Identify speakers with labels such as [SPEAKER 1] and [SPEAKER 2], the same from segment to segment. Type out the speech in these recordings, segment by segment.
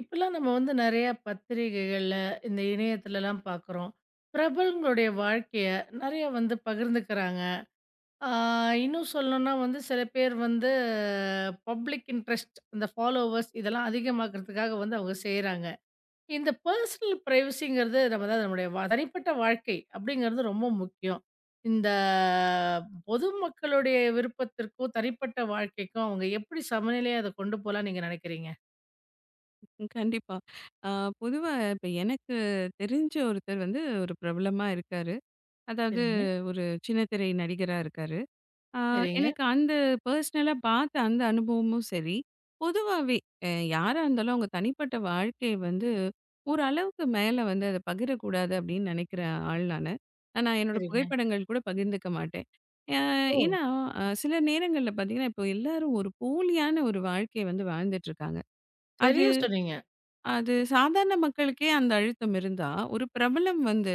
[SPEAKER 1] இப்பல்லாம் நம்ம வந்து நெறையா பத்திரிகைகள்ல, இந்த இணையத்துலலாம் பார்க்குறோம். பிரபலங்களுடைய வாழ்க்கைய நெறைய வந்து பகிர்ந்துக்கிறாங்க. ஆ இன்னும் சொல்லணும்னா வந்து சில பேர் வந்து பப்ளிக் இன்ட்ரெஸ்ட் இந்த ஃபாலோவர்ஸ் இதெல்லாம் அதிகமாக்கிறதுக்காக வந்து அவங்க செய்றாங்க. இந்த பர்சனல் பிரைவசிங்கிறது நம்ம தான் நம்முடைய தனிப்பட்ட வாழ்க்கை அப்படிங்கிறது ரொம்ப முக்கியம். இந்த பொதுமக்களுடைய விருப்பத்திற்கும், தனிப்பட்ட வாழ்க்கைக்கும் அவங்க எப்படி சமநிலையா அத கொண்டு போலாம்ன்னு நீங்க நெனைக்கிறீங்க?
[SPEAKER 2] ம். கண்டிப்பா. அ பொதுவா இப்ப எனக்கு தெரிஞ்ச ஒருத்தர் வந்து ஒரு பிரபலமா இருக்காரு. அதாவது
[SPEAKER 1] சரிங்க,
[SPEAKER 2] ஒரு சின்ன திரை நடிகரா இருக்காரு. அ
[SPEAKER 1] சரிங்க,
[SPEAKER 2] எனக்கு அந்த பர்சனலா பார்த்த அந்த அனுபவமும் சரி, பொதுவாவே அ யாரா இருந்தாலும் அவங்க தனிப்பட்ட வாழ்க்கைய வந்து ஓரளவுக்கு மேல வந்து அத பகிரக்கூடாது அப்படின்னு நினைக்கிற ஆள் நானு. ஆனா, நான் என்னோட
[SPEAKER 1] சரிங்க.
[SPEAKER 2] புகைப்படங்கள் கூட பகிர்ந்துக்க மாட்டேன். அ
[SPEAKER 1] ஓ!
[SPEAKER 2] ஏன்னா சில நேரங்கள்ல பார்த்தீங்கன்னா, இப்போ எல்லாரும் ஒரு போலியான ஒரு வாழ்க்கைய வந்து வாழ்ந்துட்டு இருக்காங்க. அது
[SPEAKER 1] சரியா சொன்னீங்க.
[SPEAKER 2] அது சாதாரண மக்களுக்கே அந்த அழுத்தம் இருந்தா, ஒரு பிரபலம் வந்து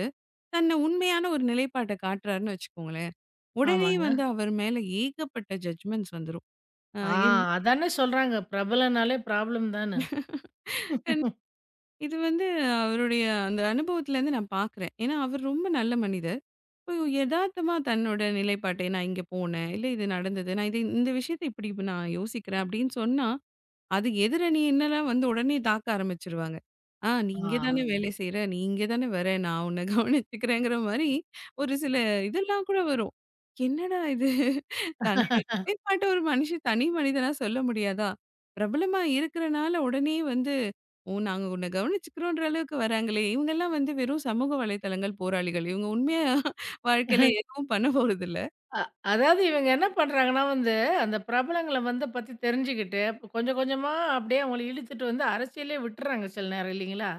[SPEAKER 2] தன்ன உண்மையான ஒரு நிலைப்பாட்ட காட்டுறாருன்னு வச்சுக்கோங்களேன், உடனே
[SPEAKER 1] ஆமாங்க.
[SPEAKER 2] வந்து அவர் மேல ஏகப்பட்ட ஜட்ஜ்மெண்ட்ஸ் வந்துரும். அ
[SPEAKER 1] ஆ
[SPEAKER 2] என்கிட்ட
[SPEAKER 1] அதானே சொல்றாங்க. பிரபலம்னாலே ப்ராப்ளம் தான்னு.
[SPEAKER 2] இது வந்து அவருடைய அந்த அனுபவத்திலேருந்து நான் பார்க்குறேன். ஏன்னா, அவர் ரொம்ப நல்ல மனிதர். இப்போ எதார்த்தமா தன்னோட நிலைப்பாட்டை, "நான் இங்க போனேன். இல்ல இது நடந்தது. நான் இத இந்த விஷயத்த இப்படி நான் யோசிக்கிறேன்" அப்படின்னு சொன்னா, அது எதிரணி என்னலாம் வந்து உடனே தாக்க ஆரம்பிச்சுருவாங்க. நீ
[SPEAKER 1] ஆ.
[SPEAKER 2] இங்க தானே வேலை செய்ற, நீ இங்க தானே வர, நான் உன்ன கவனிச்சுக்கிறேங்கிற மாரி ஒரு சில இதெல்லாம் கூட வரும். என்னடா இது? தன்னோட நிலைப்பாட்ட ஒரு மனுஷன் தனி மனிதனா சொல்ல முடியாதா? பிரபலமா இருக்கிறனால உடனே வந்து, ஓ நாங்க உன்ன கவனிச்சுக்கிறோன்ற அளவுக்கு வராங்களே! இவங்கலாம் வந்து வெறும் சமூக வலைதளங்கள் போராளிகள். இவங்க உண்மையா வாழ்க்கையில எதுவும் பண்ண போறதில்ல.
[SPEAKER 1] அ அதாவது இவங்க என்ன பண்றாங்கன்னா வந்து, அந்த பிரபலங்கள வந்து பத்தி தெரிஞ்சுக்கிட்டு, அப்ப கொஞ்சம் கொஞ்சமா அப்படியே அவங்கள இழுத்துட்டு வந்து அரசியலே விட்டுறாங்க சில நேரம் இல்லைங்களா?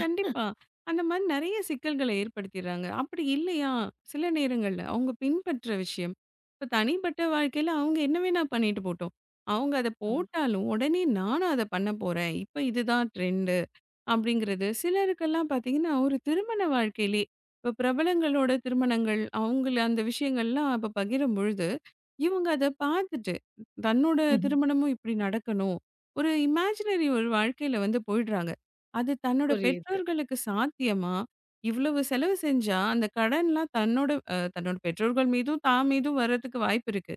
[SPEAKER 2] கண்டிப்பா. அந்த மாரி நெறைய சிக்கல்கள ஏற்படுத்திர்றாங்க. அப்படி இல்லையா, சில நேரங்கள்ல அவங்க பின்பற்ற விஷயம், இப்ப தனிப்பட்ட வாழ்க்கையில அவங்க என்ன வேணா பண்ணிட்டு போகட்டும். அவங்க அத
[SPEAKER 1] ஆ.
[SPEAKER 2] போட்டாலும், உடனே நானும் அத பண்ண போறேன். இப்ப இதுதான் ட்ரெண்ட் அப்படிங்கிறது. சிலருக்கெல்லாம் பார்த்தீங்கன்னா, ஒரு திருமண வாழ்க்கையிலே இப்ப பிரபலங்களோட திருமணங்கள், அவங்கள அந்த விஷயங்கள்லாம் அப்ப பகிரும்பொழுது, இவங்க அத பார்த்துட்டு, தன்னோட
[SPEAKER 1] ம்,
[SPEAKER 2] திருமணமும் இப்படி நடக்கணும். ஒரு இமேஜினரி ஒரு வாழ்க்கையில வந்து போயிடுறாங்க. அது தன்னோட
[SPEAKER 1] புரியுது.
[SPEAKER 2] பெற்றோர்களுக்கு சாத்தியமா? இவ்வளவு செலவு செஞ்சா, அந்த கடன்லாம் தன்னோட பெற்றோர்கள் மீதும், தான் மீதும் வர்றதுக்கு வாய்ப்பு இருக்கு.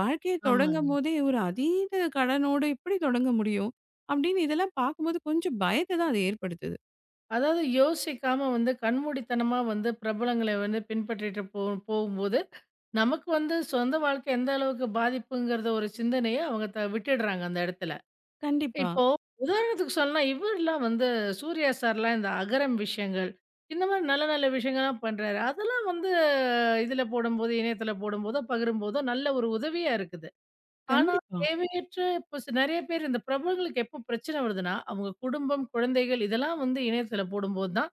[SPEAKER 2] வாழ்க்கைய
[SPEAKER 1] ஆமாங்க.
[SPEAKER 2] தொடங்கும்போதே ஒரு அதீத கடனோட எப்படி தொடங்க முடியும்? அப்படின்னு இதெல்லாம் பார்க்கும்போது கொஞ்சம் பயத்த தான் அது ஏற்படுத்துது.
[SPEAKER 1] அதாவது யோசிக்காம வந்து கண்மூடித்தனமா வந்து பிரபலங்கள வந்து பின்பற்றிட்டு போகும்போது, நமக்கு வந்து சொந்த வாழ்க்கை எந்த அளவுக்கு பாதிப்புங்கிறத ஒரு சிந்தனைய அவங்க விட்டுடுறாங்க அந்த இடத்துல.
[SPEAKER 2] கண்டிப்பா.
[SPEAKER 1] இப்போ உதாரணத்துக்கு சொல்லலாம், இவர்லாம் வந்து சூர்யா சார்லாம் இந்த அகரம் விஷயங்கள், இந்த மாரி நல்ல நல்ல விஷயங்கள்லாம் பண்றாரு. அதெல்லாம் வந்து இதுல போடும்போது, இணையத்துல போடும்போதோ, பகிரும்போதோ நல்ல ஒரு உதவியா இருக்குது. ஆனா
[SPEAKER 2] கண்டிப்பா.
[SPEAKER 1] தேவையற்ற இப்போ நெறைய பேர் இந்த பிரபலங்களுக்கு எப்போ பிரச்சனை வருதுன்னா, அவங்க குடும்பம், குழந்தைகள் இதெல்லாம் வந்து இணையத்துல போடும்போது தான்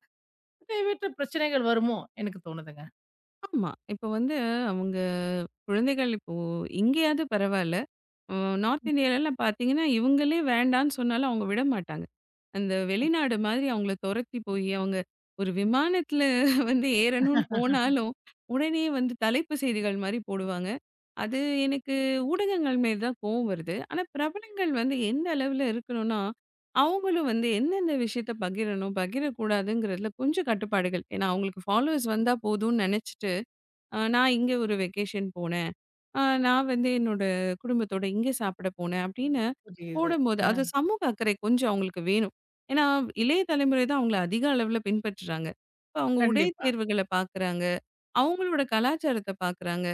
[SPEAKER 1] தேவையற்ற பிரச்சனைகள் வருமோ! எனக்கு தோணுதுங்க.
[SPEAKER 2] ஆமா. இப்ப வந்து அவங்க குழந்தைகள் இப்போ இங்கேயாவது பரவால்ல. அ நார்த் இந்தியாலலாம் பார்த்தீங்கன்னா, இவங்களே வேண்டான்னு சொன்னாலும் அவங்க விட மாட்டாங்க. அந்த வெளிநாடு மாதிரி அவங்கள தொரத்தி போய், அவங்க ஒரு விமானத்தில வந்து ஏறணும்னு போனாலும், உடனே வந்து தலைப்பு செய்திகள் மாரி போடுவாங்க. அது எனக்கு ஊடகங்கள் மேல தான் கோவம் வருது. ஆனா பிரபலங்கள் வந்து எந்த அளவுல இருக்கணும்னா, அவங்களும் வந்து எந்தெந்த விஷயத்த பகிரணும், பகிரக்கூடாதுங்கிறதுல கொஞ்சம் கட்டுப்பாடுகள். ஏன்னா அவங்களுக்கு ஃபாலோவர்ஸ் வந்தா போதும்னு நெனச்சுட்டு, நான் இங்க ஒரு வெக்கேஷன் போனேன். ஆ நான் வந்து என்னோட குடும்பத்தோட இங்கே சாப்பிட போனேன் அப்படின்னு
[SPEAKER 1] புரியுது.
[SPEAKER 2] போடும்போது, அது
[SPEAKER 1] அ
[SPEAKER 2] சமூக அக்கறை கொஞ்சம் அவங்களுக்கு வேணும். ஏன்னா, இளைய தலைமுறை தான் அவங்கள அதிக அளவுல பின்பற்றுறாங்க. இப்ப அவங்க உடை
[SPEAKER 1] கண்டிப்பா.
[SPEAKER 2] தேர்வுகள பார்க்குறாங்க. அவங்களோட கலாச்சாரத்த பார்க்குறாங்க.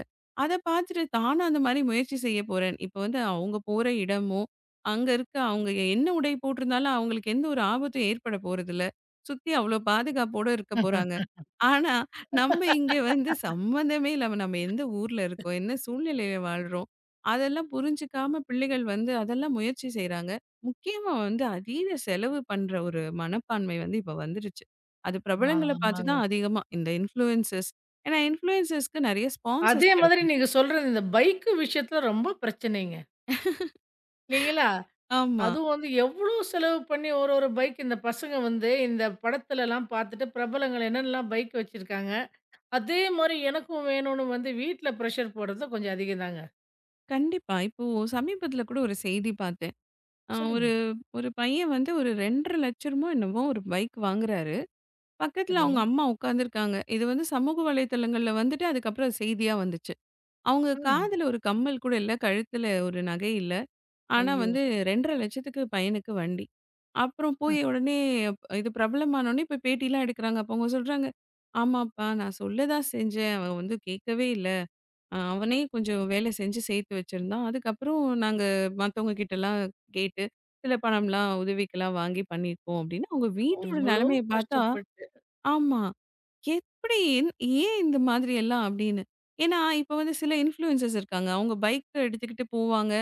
[SPEAKER 2] அத பார்த்துட்டு தானும் அந்த மாரி முயற்சி செய்ய போறேன். இப்ப வந்து அவங்க போற இடமோ, அங்க இருக்க அவங்க என்ன உடை போட்டிருந்தாலும் அவங்களுக்கு எந்த ஒரு ஆபத்தும் ஏற்பட போறதில்ல. சுத்தி அவ்வளோ பாதுகாப்போட இருக்க போறாங்க. ஆனா நம்ம இங்க வந்து சம்மந்தமே இல்லாம, நம்ம எந்த ஊர்ல இருக்கோம்? என்ன சூழ்நிலையில வாழ்றோம்? அதெல்லாம் புரிஞ்சுக்காம பிள்ளைகள் வந்து அதெல்லாம் முயற்சி செய்றாங்க. முக்கியமா வந்து அதீத செலவு பண்ற ஒரு மனப்பான்மை வந்து இப்ப வந்துருச்சு. அது பிரபலங்கள பார்த்து
[SPEAKER 1] ஆமாங்க.
[SPEAKER 2] தான் அதிகமா இந்த இன்ஃப்ளூயன்சர்ஸ் ஏன்னா இன்ஃப்ளூயன்சர்ஸ்க்கு நெறைய ஸ்பான்சர்ஸ்
[SPEAKER 1] அதே மாதிரி
[SPEAKER 2] கிடைக்கும்.
[SPEAKER 1] நீங்க சொல்றது இந்த பைக்கு விஷயத்துல ரொம்ப பிரச்சனைங்க. இல்லைங்களா?
[SPEAKER 2] ஆமா.
[SPEAKER 1] அதுவும் வந்து எவ்ளோ செலவு பண்ணி ஒரு ஒரு பைக் இந்த பசங்க வந்து இந்த படத்துலலாம் பார்த்துட்டு பிரபலங்கள் என்னென்னலாம் பைக் வச்சிருக்காங்க. அதே மாரி எனக்கும் வேணும்னு வந்து வீட்ல பிரஷர் போடுறது கொஞ்சம் அதிகம் தாங்க.
[SPEAKER 2] கண்டிப்பா. இப்போ சமீபத்தில கூட ஒரு செய்தி பார்த்தேன். அ
[SPEAKER 1] சொல்லுங்க.
[SPEAKER 2] ஒரு ஒரு பையன் வந்து ஒரு 2,50,000 என்னமோ ஒரு பைக் வாங்குறாரு. பக்கத்துல
[SPEAKER 1] சரிங்க.
[SPEAKER 2] அவங்க அம்மா உட்காந்துருக்காங்க. இது வந்து சமூக வலைதளங்கள்ல வந்துட்டு அதுக்கப்புறம் செய்தியா வந்துச்சு. அவங்க
[SPEAKER 1] ம்.
[SPEAKER 2] காதுல ஒரு கம்மல் கூட இல்ல. கழுத்துல ஒரு நகை இல்ல. ஆனா
[SPEAKER 1] ஐயோ!
[SPEAKER 2] வந்து 2,50,000க்கு பையனுக்கு வண்டி. அப்புறம்
[SPEAKER 1] அ
[SPEAKER 2] போய் உடனே இது பிரபலமான உடனே போய் பேட்டிலாம் எடுக்குறாங்க. அப்ப அவங்க சொல்றாங்க, "ஆமாப்பா நான் சொல்ல தான் செஞ்சேன். அவன் வந்து கேட்கவே இல்ல. அவனே கொஞ்சம் வேலை செஞ்சு சேர்த்து வச்சிருந்தான். அதுக்கப்புறம் நாங்க மத்தவங்க கிட்டலாம் கேட்டு சில பணம்லாம் உதவிக்கெல்லாம் வாங்கி பண்ணியிருக்கோம்." அப்படின்னு அவங்க வீட்டோட
[SPEAKER 1] அவ்ளோ
[SPEAKER 2] நிலைமைய பார்த்தா
[SPEAKER 1] கஷ்டப்பட்டு.
[SPEAKER 2] ஆமா. எப்படி ஏன் இந்த மாதிரி எல்லாம் அப்படின்னு. ஏன்னா, இப்ப வந்து சில இன்ஃப்ளூயன்சர்ஸ் இருக்காங்க. அவங்க பைக்க எடுத்துக்கிட்டு போவாங்க.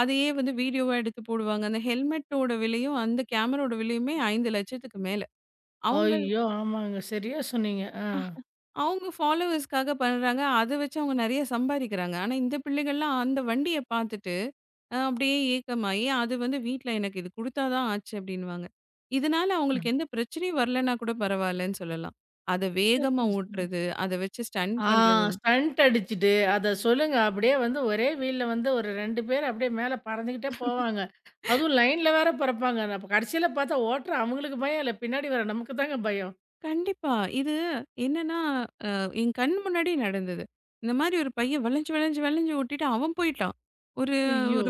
[SPEAKER 2] அதையே வந்து வீடியோவா எடுத்து போடுவாங்க. அந்த ஹெல்மெட்டோட விலையும், அந்த கேமராவோட விலையுமே 5,00,000க்கு மேல. அவங்க
[SPEAKER 1] ஐயோ! ஆமாங்க. சரியா சொன்னீங்க. ஆ.
[SPEAKER 2] அஹ், அவங்க ஃபாலோவர்ஸ்க்காக பண்றாங்க. அத வச்சு அவங்க நெறைய சம்பாரிக்கிறாங்க. ஆனா, இந்த பிள்ளைகள்லாம் அந்த வண்டிய பார்த்துட்டு அப்படியே ஏக்கமாயி, அது வந்து வீட்ல எனக்கு இது குடுத்தா தான் ஆச்சு அப்படின்னுவாங்க. இதனால
[SPEAKER 1] ஆ,
[SPEAKER 2] அவங்களுக்கு எந்த பிரச்சனையும் வரலன்னா கூட பரவாயில்லன்னு சொல்லலாம். அத
[SPEAKER 1] சரி,
[SPEAKER 2] வேகமா
[SPEAKER 1] சரி.
[SPEAKER 2] ஓட்டுறது, அத வச்சு ஸ்டண்ட்
[SPEAKER 1] ஆ
[SPEAKER 2] பண்றது
[SPEAKER 1] ஸ்டண்ட் அடிச்சுட்டு, அத சொல்லுங்க. அப்படியே வந்து ஒரே வீல்ல வந்து ஒரு 2 பேர் அப்படியே மேல பறந்துகிட்டே போவாங்க. அதுவும் லைன்ல வேற பறப்பாங்க. அப்ப கடைசியில பார்த்தா ஓட்டுற அவங்களுக்கு பயம் இல்ல. பின்னாடி வர நமக்கு தாங்க பயம்.
[SPEAKER 2] கண்டிப்பா. இது என்னன்னா, அ என் கண் முன்னாடி நடந்தது. இந்த மாரி ஒரு பையன் வளைஞ்சு, வளைஞ்சு, வளைஞ்சு ஓட்டிட்டு அவன் போயிட்டான். ஒரு
[SPEAKER 1] ஐயோ!
[SPEAKER 2] ஒரு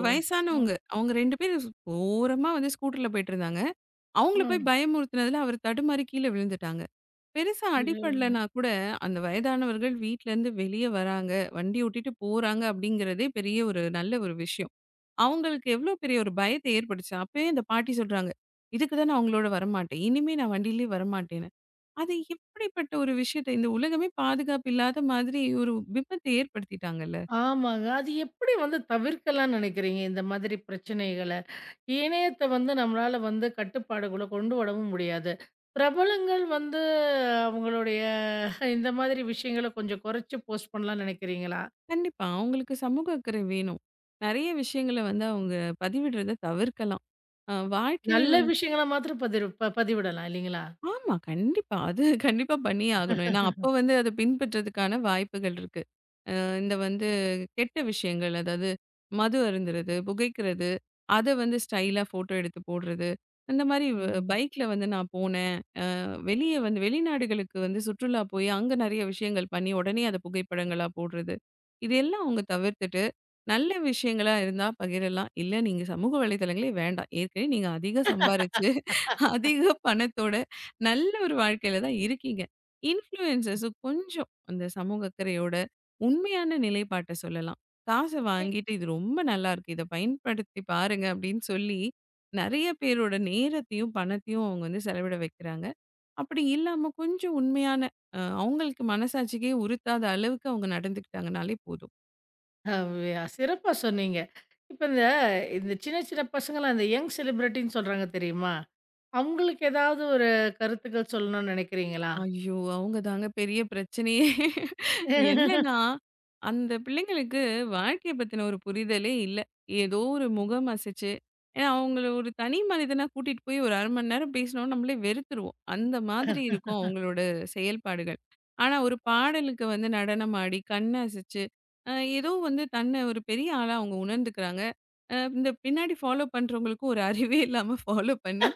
[SPEAKER 1] ம்.
[SPEAKER 2] வயசானவங்க. அவங்க 2 பேரும் ஓரமா வந்து ஸ்கூட்டர்ல போயிட்டுருந்தாங்க. அவங்கள போய்
[SPEAKER 1] ஆ.
[SPEAKER 2] பயமுறுத்துனதுல அவர் தடுமாறி கீழ விழுந்துட்டாங்க. பெருசா
[SPEAKER 1] இறைவனே!
[SPEAKER 2] அடிபடலனா கூட, அந்த வயதானவர்கள் வீட்லருந்து வெளிய வராங்க, வண்டி ஓட்டிட்டு போறாங்க அப்படிங்கிறதே பெரிய ஒரு நல்ல ஒரு விஷயம். அவங்களுக்கு எவ்ளோ பெரிய ஒரு பயத்த ஏற்படுச்சு. அப்பயே அந்த பாட்டி சொல்றாங்க, "இதுக்கு தான் நான் உங்களோட வரமாட்டேன். இனிமே நான் வண்டியிலயே வரமாட்டேன்னு." அது எப்படிப்பட்ட ஒரு விஷயத்த இந்த உலகமே பாதுகாப்பு இல்லாத மாதிரி ஒரு விபத்தை ஏற்படுத்திட்டாங்கல்ல.
[SPEAKER 1] ஆமாங்க. அது எப்படி வந்து தவிர்க்கலாம்னு நினைக்கிறீங்க, இந்த மாதிரி பிரச்சனைகள? இணையத்த வந்து நம்மளால வந்து கட்டுப்பாடுக்குள்ள கொண்டு வரவும் முடியாது. பிரபலங்கள் வந்து அவங்களுடைய இந்த மாதிரி விஷயங்கள கொஞ்சம் குறைச்சு போஸ்ட் பண்ணலாம்னு நினைக்கிறீங்களா?
[SPEAKER 2] கண்டிப்பா அவங்களுக்கு சமூக அக்கறை வேணும். நெறைய விஷயங்கள வந்து அவங்க பதிவிடுறத தவிர்க்கலாம். வாழ்க்கை
[SPEAKER 1] நல்ல
[SPEAKER 2] வந்து
[SPEAKER 1] விஷயங்கள மாத்திரம் பதிரு ப பதிவிடலாம் இல்லைங்களா?
[SPEAKER 2] ஆமா கண்டிப்பா. அது கண்டிப்பா பண்ணியே ஆகணும். ஏன்னா, அப்ப வந்து அத பின்பற்றதுக்கான வாய்ப்புகள் இருக்கு. இந்த வந்து கெட்ட விஷயங்கள் அதாவது மது அருந்துறது, புகைக்கிறது, அத வந்து ஸ்டைலா ஃபோட்டோ எடுத்து போடுறது. இந்த மாரி
[SPEAKER 1] ம்.
[SPEAKER 2] பைக்ல வந்து நான் போனேன். வெளிய வந்து வெளிநாடுகளுக்கு வந்து சுற்றுலா போய் அங்க நெறைய விஷயங்கள் பண்ணி, உடனே அத புகைப்படங்களா போடுறது. இது எல்லாம் அவங்க தவிர்த்துட்டு, நல்ல விஷயங்களா இருந்தா பகிரலாம். இல்ல நீங்க சமூக வலைதளங்களே வேண்டாம். ஏற்கனவே நீங்க அதிக சம்பாரிச்சு, அதிக பணத்தோட நல்ல ஒரு வாழ்க்கையில தான் இருக்கீங்க. இன்ஃப்ளூயன்சர்ஸும் கொஞ்சம் அந்த சமூக அக்கறையோட உண்மையான நிலைப்பாட்ட சொல்லலாம். காச
[SPEAKER 1] வே
[SPEAKER 2] வாங்கிட்டு இது ரொம்ப நல்லா இருக்கு. இத பயன்படுத்தி பாருங்க அப்படின்னு சொல்லி, நெறைய பேரோட நேரத்தையும், பணத்தையும் அவங்க வந்து செலவிட வைக்கிறாங்க. அப்படி இல்லாம கொஞ்சம் உண்மையான அவங்களுக்கு மனசாட்சிக்கே உறுத்தாத அளவுக்கு அவங்க நடந்துக்கிட்டாங்கனாலே போதும்.
[SPEAKER 1] அவ்வையா சிறப்பா சொன்னீங்க. இப்ப இந்த இந்த சின்ன சின்ன பசங்கலாம் இந்த யங் செலிபிரிட்டின்னு சொல்றாங்க தெரியுமா? அவங்களுக்கு ஏதாவது ஒரு கருத்துக்கள் சொல்லணும்னு நினைக்கிறீங்களா?
[SPEAKER 2] ஐயோ! அவங்க தாங்க பெரிய பிரச்சனையே. என்னன்னா, அந்த பிள்ளைங்களுக்கு வாழ்க்கைய பத்தின ஒரு புரிதலே இல்ல. ஏதோ ஒரு முகம் அசைச்சு ஏன்னா அவங்கள ஒரு தனி மனிதனா கூட்டிட்டு போய் ஒரு 1/2 மணி நேரம் பேசினோம்னா நம்மளே வெறுத்துருவோம். அந்த மாதிரி இருக்கும் அவங்களோட செயல்பாடுகள். ஆனா ஒரு பாடலுக்கு வந்து நடனம் ஆடி, கண் அசைச்சு, அ ஏதோ வந்து தன்னை ஒரு பெரிய ஆளா அவங்க உணர்ந்துக்கிறாங்க. இந்த பின்னாடி ஃபாலோ பண்றவங்களுக்கும் ஒரு அறிவே இல்லாம ஃபாலோ பண்ணி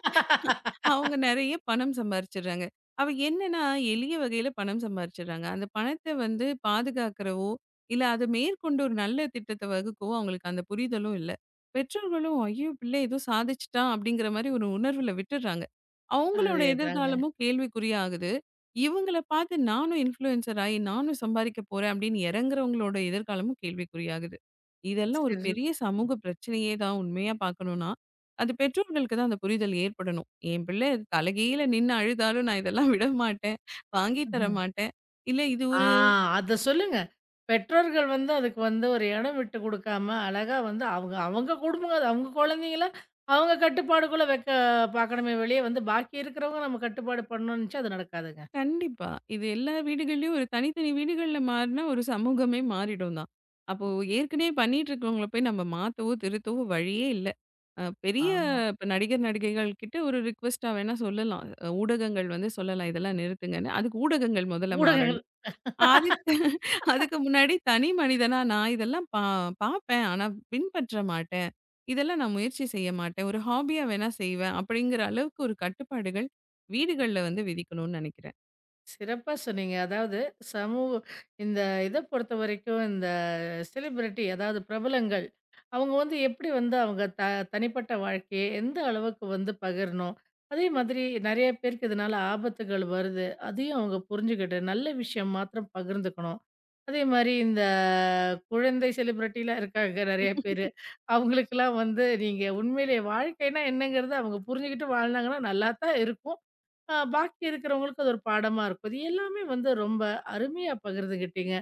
[SPEAKER 2] அவங்க நெறைய பணம் சம்பாரிச்சுடுறாங்க. அவ என்னன்னா, எளிய வகையில பணம் சம்பாரிச்சுடுறாங்க. அந்த பணத்த வந்து பாதுகாக்கிறவோ, இல்ல அத மேற்கொண்டு ஒரு நல்ல திட்டத்த வகுக்கவோ அவங்களுக்கு அந்த புரிதலும் இல்ல. பெற்றோர்களும் "ஐயோ! பிள்ளை ஏதோ சாதிச்சுட்டான்" அப்படிங்கிற மாரி ஒரு உணர்வுல விட்டுடுறாங்க. அவங்களோட
[SPEAKER 1] அதேதாங்க.
[SPEAKER 2] எதிர்காலமும் கேள்விக்குறியாகுது. இவங்கள பார்த்து நானும் இன்ஃப்ளூயன்சர் ஆயி, நானும் சம்பாரிக்க போறேன் அப்படின்னு இறங்குறவங்களோட எதிர்காலமும் கேள்விக்குறியாகுது. இதெல்லாம் ஒரு
[SPEAKER 1] சிறப்பு.
[SPEAKER 2] பெரிய சமூக பிரச்சனையே தான் உண்மையா பார்க்கணும்னா. அது பெற்றோர்களுக்கு தான் அந்த புரிதல் ஏற்படணும். என் பிள்ளை தலைகீழ நின்னு அழுதாலும் நான் இதெல்லாம் விட மாட்டேன். வாங்கி தர மாட்டேன். இல்ல இது
[SPEAKER 1] ஆ
[SPEAKER 2] ஒரு
[SPEAKER 1] அத சொல்லுங்க. பெற்றோர்கள் வந்து அதுக்கு வந்து ஒரு இடம் விட்டு குடுக்காம, அழகா வந்து அவங்க அவங்க குடும்பங்க, அது அவங்க குழந்தைங்கள அவங்க கட்டுப்பாடுக்குள்ள வைக்க பார்க்கணுமே வெளிய வந்து பாக்கி இருக்கிறவங்க நம்ம கட்டுப்பாடு பண்ணணும்னு நெனச்சா அது நடக்காதுங்க.
[SPEAKER 2] கண்டிப்பா. இது எல்லா வீடுகள்லயும் ஒரு தனித்தனி வீடுகள்ல மாறுனா ஒரு சமூகமே மாறிடும் தான். அப்போ ஏற்கனவே பண்ணிட்டு இருக்கிறவங்கள போய் நம்ம மாத்தவோ, திருத்தவோ வழியே இல்ல. பெரிய
[SPEAKER 1] ஆமா.
[SPEAKER 2] இப்ப நடிகர், நடிகைகள் கிட்ட ஒரு ரிக்வெஸ்ட்டா வேணா சொல்லலாம். ஊடகங்கள் வந்து சொல்லலாம் இதெல்லாம் நிறுத்துங்கன்னு. அதுக்கு ஊடகங்கள் முதல்ல
[SPEAKER 1] ஊடகங்கள்
[SPEAKER 2] மாறணும். அதுக்கு அதுக்கு முன்னாடி தனி மனிதனா நான் இதெல்லாம் பாப்பேன். ஆனா பின்பற்ற மாட்டேன். இதெல்லாம் நான் முயற்சி செய்ய மாட்டேன். ஒரு ஹாபியா வேணா செய்வேன். அப்படிங்கிற அளவுக்கு ஒரு கட்டுப்பாடுகள் வீடுகள்ல வந்து விதிக்கணும்னு நெனைக்கிறேன்.
[SPEAKER 1] சிறப்பா சொன்னீங்க. அதாவது சமூக இந்த இத பொறுத்தவரைக்கும் இந்த செலிபிரிட்டி அதாவது பிரபலங்கள் அவங்க வந்து எப்படி வந்து அவங்க தனிப்பட்ட வாழ்க்கையை எந்த அளவுக்கு வந்து பகிரணும், அதே மாதிரி நெறைய பேருக்கு இதனால ஆபத்துகள் வருது. அதையும் அவங்க புரிஞ்சுகிட்டு, நல்ல விஷயம் மாத்திரம் பகிர்ந்துக்கணும். அதே மாரி இந்த குழந்தை செலிபிரிட்டிலாம் இருக்காங்க நெறைய பேரு. அவங்களுக்கெல்லாம் வந்து நீங்க உண்மையிலேயே வாழ்க்கைன்னா என்னங்கிறத அவங்க புரிஞ்சுகிட்டு வாழ்ந்தாங்கன்னா நல்லா தான் இருக்கும். பாக்கி இருக்கிறவங்களுக்கு அது ஒரு பாடமா இருக்கும். இது எல்லாமே வந்து ரொம்ப அருமையா பகிர்ந்துகிட்டீங்க.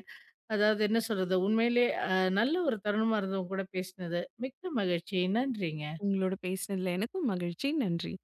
[SPEAKER 1] அதாவது என்ன சொல்றது? உண்மையிலே நல்ல ஒரு தருணமா இருந்தவங்க கூட பேசினது. மிக்க மகிழ்ச்சி. நன்றிங்க.
[SPEAKER 2] உங்களோட பேசினதுல எனக்கும் மகிழ்ச்சி. நன்றி.